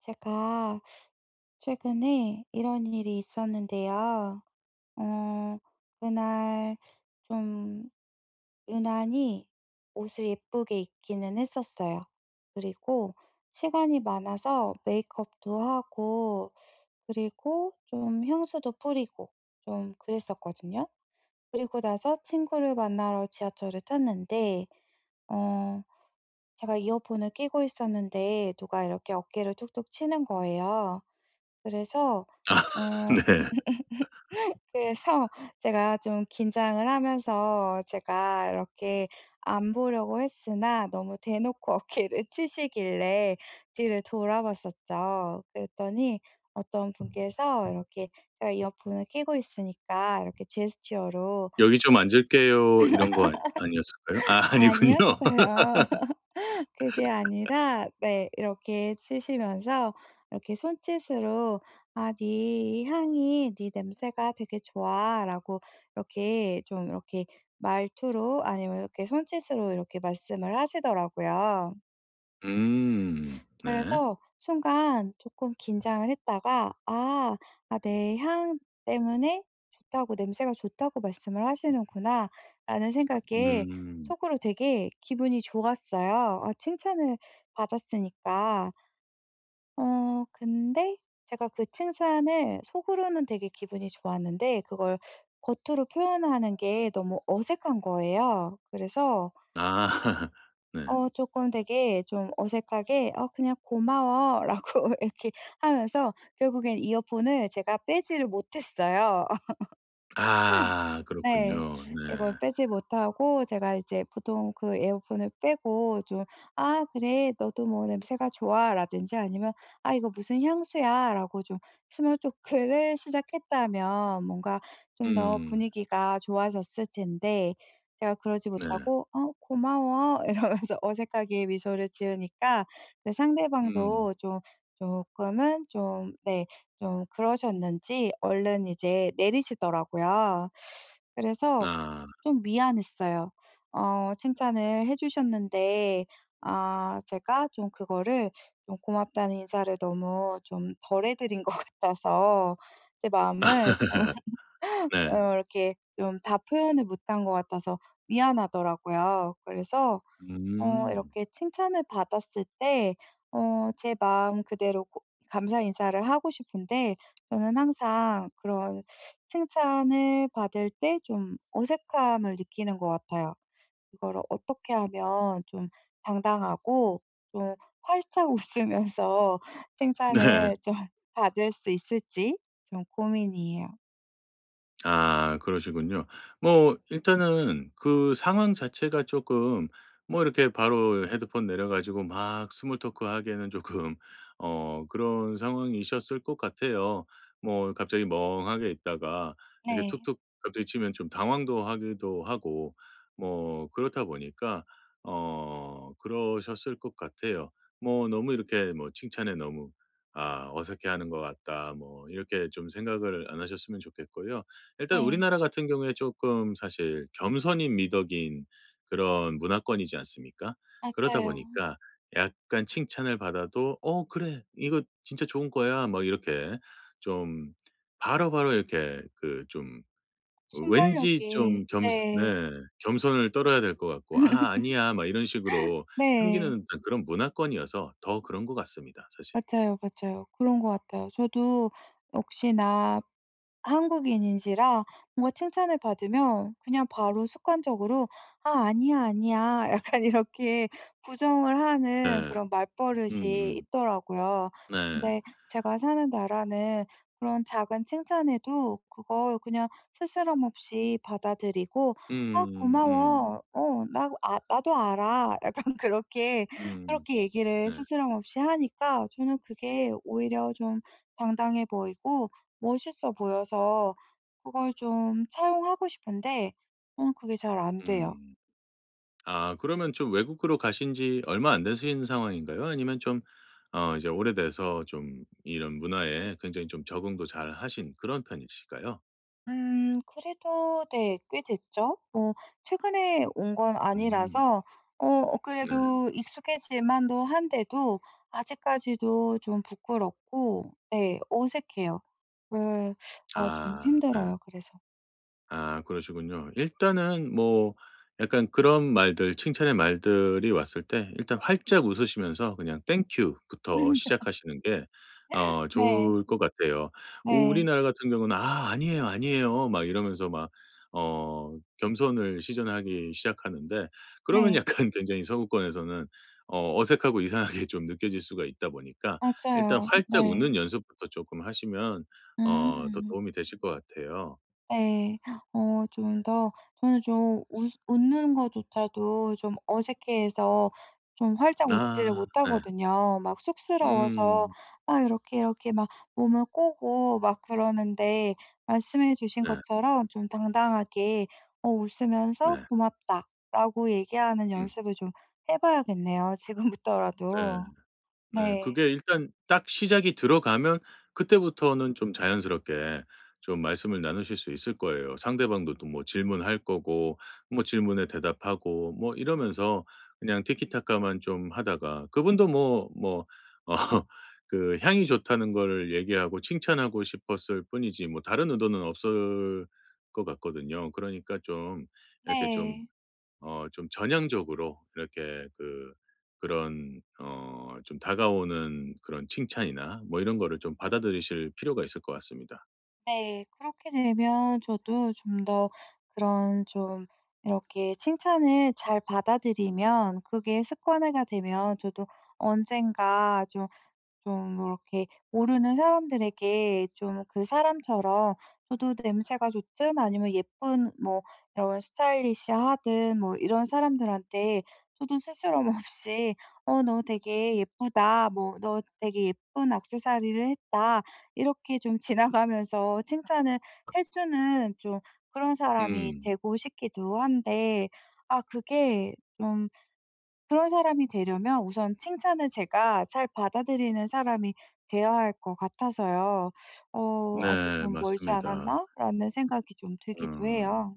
제가 최근에 이런 일이 있었는데요. 어, 그날 좀 유난히 옷을 예쁘게 입기는 했었어요. 그리고 시간이 많아서 메이크업도 하고, 그리고 좀 향수도 뿌리고, 좀 그랬었거든요. 그리고 나서 친구를 만나러 지하철을 탔는데 어 제가 이어폰을 끼고 있었는데 누가 이렇게 어깨를 툭툭 치는 거예요. 그래서 아 어 네. 그래서 제가 좀 긴장을 하면서 제가 이렇게 안 보려고 했으나 너무 대놓고 어깨를 치시길래 뒤를 돌아봤었죠. 그랬더니 어떤 분께서 이렇게 제가 이어폰을 끼고 있으니까 이렇게 제스처로. "여기 좀 앉을게요." 이런 거 아니 아니었을까요? 아 아니군요. 아니었어요. 그게 아니라 네, 이렇게 치시면서 이렇게 손짓으로 "아 네 향이 네 냄새가 되게 좋아."라고, 이렇게 좀 이렇게 말투로, 아니면 이렇게 손짓으로 이렇게 말씀을 하시더라고요. 네. 그래서 순간 조금 긴장을 했다가, 아 아 "내 향 때문에 좋다고, 냄새가 좋다고 말씀을 하시는구나."라는 생각에 음. 속으로 되게 기분이 좋았어요. 아, 칭찬을 받았으니까. 근데 제가 그 칭찬을 속으로는 되게 기분이 좋았는데, 그걸 겉으로 표현하는 게 너무 어색한 거예요. 그래서 아 네. 조금 되게 좀 어색하게 "어 그냥 고마워."라고 이렇게 하면서 결국엔 이어폰을 제가 빼지를 못했어요. 아 그렇군요. 네. 이걸 네. 빼지 못하고, 제가 이제 보통 그 에어폰을 빼고 좀 "아 그래. 너도 뭐 냄새가 좋아."라든지, 아니면 "아 이거 무슨 향수야."라고 좀 스몰 토크를 시작했다면 뭔가 좀 더 음. 분위기가 좋아졌을 텐데, 제가 그러지 네. 못하고 "어 고마워." 이러면서 어색하게 미소를 지으니까, 네, 음. 상대방도 좀 조금은 좀네 좀 그러셨는지 얼른 이제 내리시더라고요. 그래서 아. 좀 미안했어요. 칭찬을 해 주셨는데, 아 제가 좀 그거를, 좀 고맙다는 인사를 너무 좀 덜해 드린 것 같아서, 제 마음을 좀 네. 이렇게 좀 다 표현을 못한 것 같아서 미안하더라고요. 그래서 음. 이렇게 칭찬을 받았을 때 제 마음 그대로 고 감사 인사를 하고 싶은데, 저는 항상 그런 칭찬을 받을 때 좀 어색함을 느끼는 것 같아요. 이거를 어떻게 하면 좀 당당하고 좀 활짝 웃으면서 네. 칭찬을 좀 받을 수 있을지 좀 고민이에요. 아 그러시군요. 뭐 일단은 그 상황 자체가 조금 뭐 이렇게 바로 헤드폰 내려 가지고 막 스몰 토크 하기에는 조금 그런 상황이셨을 것 같아요. 뭐 갑자기 멍하게 있다가 이렇게 네. 툭툭 갑자기 치면 좀 당황도 하기도 하고 뭐 그렇다 보니까 그러셨을 것 같아요. 뭐 너무 이렇게 뭐 칭찬에 너무 '아 어색해하는 것 같다.' 뭐 이렇게 좀 생각을 안 하셨으면 좋겠고요. 일단 네. 우리나라 같은 경우에 조금 사실 겸손인 미덕인 그런 문화권이지 않습니까? 그러다 맞아요. 보니까 약간 칭찬을 받아도 "어 그래. 이거 진짜 좋은 거야." 막 이렇게 좀 바로바로 이렇게 그 좀 왠지 순발력이, 좀 겸손 네. 네. 겸손을 떨어야 될 것 같고 "아 아니야." 막 이런 식으로 네. 숨기는 듯한 그런 문화권이어서 더 그런 것 같습니다 사실. 맞아요, 맞아요. 그런 것 같아요. 저도 '혹시나 한국인인지라 뭔가 칭찬을 받으면 그냥 바로 습관적으로 "아 아니야, 아니야." 약간 이렇게 부정을 하는 네. 그런 말버릇이 음음. 있더라고요. 네. 근데 제가 사는 나라는 그런 작은 칭찬에도 그걸 그냥 스스럼 없이 받아들이고 "아 음 음. 고마워. 어 나 아 나도 알아." 약간 그렇게, 음. 그렇게 얘기를 네. 스스럼 없이 하니까, 저는 그게 오히려 좀 당당해 보이고 멋있어 보여서 그걸 좀 차용하고 싶은데, 저는 그게 잘 안 돼요. 음. 아 그러면 좀 외국으로 가신 지 얼마 안 되신 상황인가요? 아니면 좀 이제 오래돼서 좀 이런 문화에 굉장히 좀 적응도 잘하신 그런 편이실까요? 그래도 네, 꽤 됐죠. 뭐 최근에 온 건 음. 아니라서. 네. 그래도 익숙해질만도 한데도 아직까지도 좀 부끄럽고, 네, 어색해요. 그 아 좀 아. 네. 힘들어요 그래서. 아 그러시군요. 일단은 뭐 약간 그런 말들 칭찬의 말들이 왔을 때 일단 활짝 웃으시면서 그냥 땡큐부터 시작하시는 게 네. 좋을 것 같아요. 네. 우리나라 같은 경우는 "아 아니에요, 아니에요." 막 이러면서 막 어 겸손을 시전하기 시작하는데 그러면 네. 약간 굉장히 서구권에서는 어색하고 이상하게 좀 느껴질 수가 있다 보니까 일단 맞아요. 활짝 네. 웃는 연습부터 조금 하시면 더 음. 도움이 되실 것 같아요. 네. 좀 더, 저는 좀 웃 웃는 거조차도 좀 어색해해서 좀 활짝 웃지를 아 네. 못하거든요. 막 쑥스러워서 음. 막 이렇게 막 몸을 꼬고 막 그러는데, 말씀해 주신 네. 것처럼 좀 당당하게 웃으면서 네. "고맙다."라고 얘기하는 음. 연습을 좀 해 봐야겠네요 네. 지금부터라도. 네. 네. 그게 일단 딱 시작이 들어가면 그때부터는 좀 자연스럽게 좀 말씀을 나누실 수 있을 거예요. 상대방도 또 뭐 질문할 거고 뭐 질문에 대답하고 뭐 이러면서 그냥 티키타카만 좀 하다가 그분도 뭐 어 그 향이 좋다는 걸 얘기하고 칭찬하고 싶었을 뿐이지 뭐 다른 의도는 없을 것 같거든요. 그러니까 좀 이렇게 좀 네. 좀 전향적으로 이렇게 그런 좀 다가오는 그런 칭찬이나 뭐 이런 거를 좀 받아들이실 필요가 있을 것 같습니다. 네. 그렇게 되면 저도 좀 더 그런 좀 이렇게 칭찬을 잘 받아들이면, 그게 습관화가 되면 저도 언젠가 좀 이렇게 모르는 사람들에게 좀 그 사람처럼, 저도 냄새가 좋든, 아니면 예쁜 뭐 이런 스타일리시하든, 뭐 이런 사람들한테 저도 스스럼 없이 "어 너 되게 예쁘다." 뭐 "너 되게 예쁜 액세서리를 했다." 이렇게 좀 지나가면서 칭찬을 해 주는 좀 그런 사람이 음. 되고 싶기도 한데, 아 그게 좀, 그런 사람이 되려면 우선 칭찬을 제가 잘 받아들이는 사람이 되어야 할 것 같아서요. '아직 네. 좀 멀지 맞습니다. 않았나?'라는 생각이 좀 들기도 음. 해요.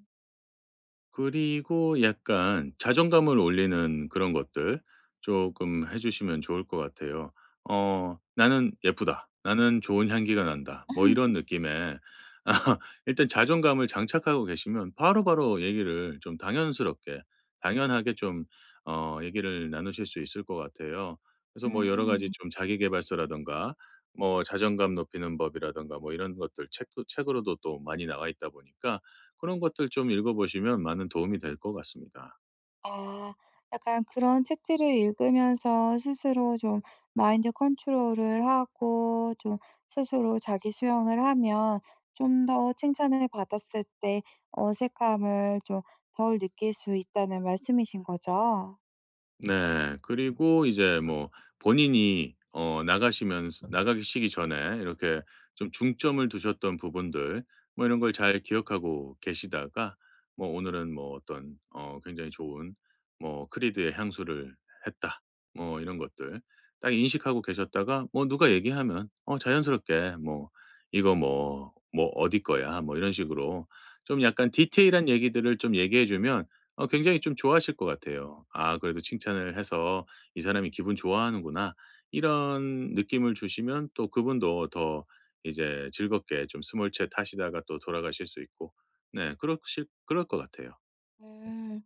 그리고 약간 자존감을 올리는 그런 것들 조금 해 주시면 좋을 것 같아요. '나는 예쁘다. 나는 좋은 향기가 난다.' 뭐 이런 느낌에 일단 자존감을 장착하고 계시면 바로바로 얘기를 좀 당연스럽게 당연하게 좀 얘기를 나누실 수 있을 것 같아요. 그래서 뭐 여러 가지 음. 좀 자기 계발서라든가 뭐 자존감 높이는 법이라든가 뭐 이런 것들 책도 책으로도 또 많이 나와 있다 보니까 그런 것들 좀 읽어보시면 많은 도움이 될 것 같습니다. 아 약간 그런 책들을 읽으면서 스스로 좀 마인드 컨트롤을 하고, 좀 스스로 자기 수용을 하면 좀 더 칭찬을 받았을 때 어색함을 좀 덜 느낄 수 있다는 말씀이신 거죠? 네. 그리고 이제 뭐 본인이 나가시면서 나가시기 전에 이렇게 좀 중점을 두셨던 부분들 뭐 이런 걸 잘 기억하고 계시다가 뭐 '오늘은 뭐 어떤 굉장히 좋은 뭐 크리드의 향수를 했다.' 뭐 이런 것들 딱 인식하고 계셨다가 뭐 누가 얘기하면 자연스럽게 뭐 "이거 뭐 어디 거야." 뭐 이런 식으로 좀 약간 디테일한 얘기들을 좀 얘기해 주면 굉장히 좀 좋아하실 것 같아요. '아 그래도 칭찬을 해서 이 사람이 기분 좋아하는구나.' 이런 느낌을 주시면 또 그분도 더 이제 즐겁게 좀 스몰 챗 하시다가 또 돌아가실 수 있고 네 그러실 그럴 것 같아요. 음.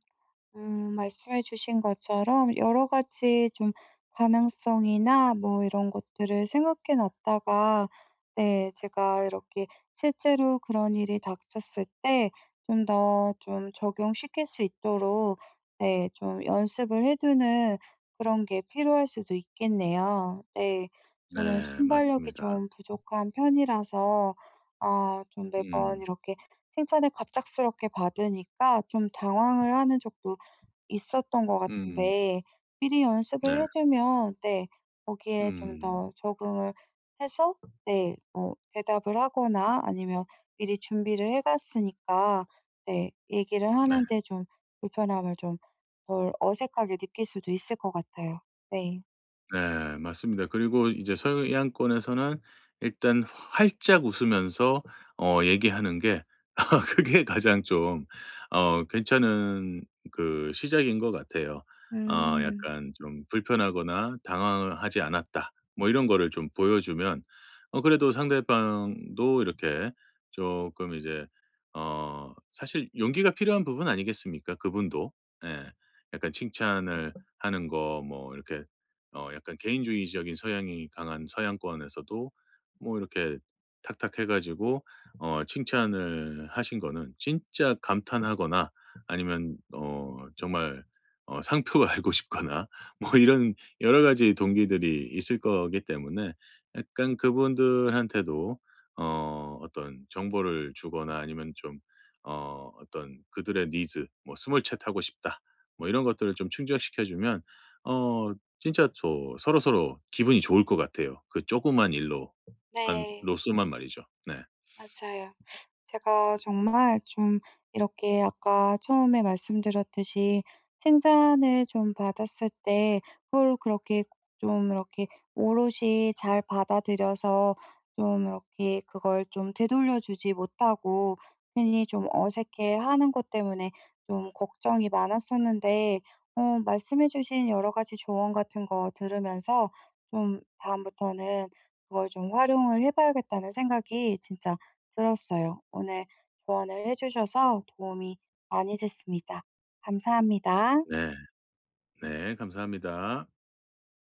말씀해 주신 것처럼 여러 가지 좀 가능성이나 뭐 이런 것들을 생각해 놨다가, 네, 제가 이렇게 실제로 그런 일이 닥쳤을 때 좀 더 좀 적용시킬 수 있도록, 네, 좀 연습을 해 두는 그런 게 필요할 수도 있겠네요. 네. 저는 네 순발력이 맞습니다. 좀 부족한 편이라서, 아 좀 매번 음. 이렇게 칭찬을 갑작스럽게 받으니까 좀 당황을 하는 적도 있었던 것 음. 같은데, 미리 연습을 네. 해 두면, 네, 거기에 좀 음. 더 적응을 해서, 네, 뭐 대답을 하거나 아니면 미리 준비를 해 갔으니까, 네, 얘기를 네. 하는데 좀 불편함을 좀 덜 어색하게 느낄 수도 있을 것 같아요. 네. 네. 맞습니다. 그리고 이제 서양권에서는 일단 활짝 웃으면서 얘기하는 게 그게 가장 좀 괜찮은 그 시작인 것 같아요. 음. 약간 좀 불편하거나 당황하지 않았다 뭐 이런 거를 좀 보여주면 그래도 상대방도 이렇게 조금 이제 사실 용기가 필요한 부분 아니겠습니까 그분도. 예. 약간 칭찬을 하는 거 뭐 이렇게 약간 개인주의적인 서양이 강한 서양권에서도 뭐 이렇게 탁탁 해 가지고 칭찬을 하신 거는 진짜 감탄하거나 아니면 정말 상표가 알고 싶거나 뭐 이런 여러 가지 동기들이 있을 거기 때문에 약간 그분들한테도 어떤 정보를 주거나 아니면 좀 어떤 그들의 니즈 뭐 '스몰챗 하고 싶다.' 뭐 이런 것들을 좀 충족시켜 주면 어 진짜 저 서로서로 기분이 좋을 것 같아요. 그 조그만 일로 만 네. 로서만 말이죠. 네. 맞아요. 제가 정말 좀, 이렇게 아까 처음에 말씀드렸듯이 칭찬을 좀 받았을 때 그걸 그렇게 좀 이렇게 오롯이 잘 받아들여서 좀 이렇게 그걸 좀 되돌려 주지 못하고, 괜히 좀 어색해 하는 것 때문에 좀 걱정이 많았었는데, 말씀해 주신 여러 가지 조언 같은 거 들으면서 좀 다음부터는 그걸 좀 활용을 해 봐야겠다는 생각이 진짜 들었어요. 오늘 조언을 해 주셔서 도움이 많이 됐습니다. 감사합니다. 네. 네. 감사합니다.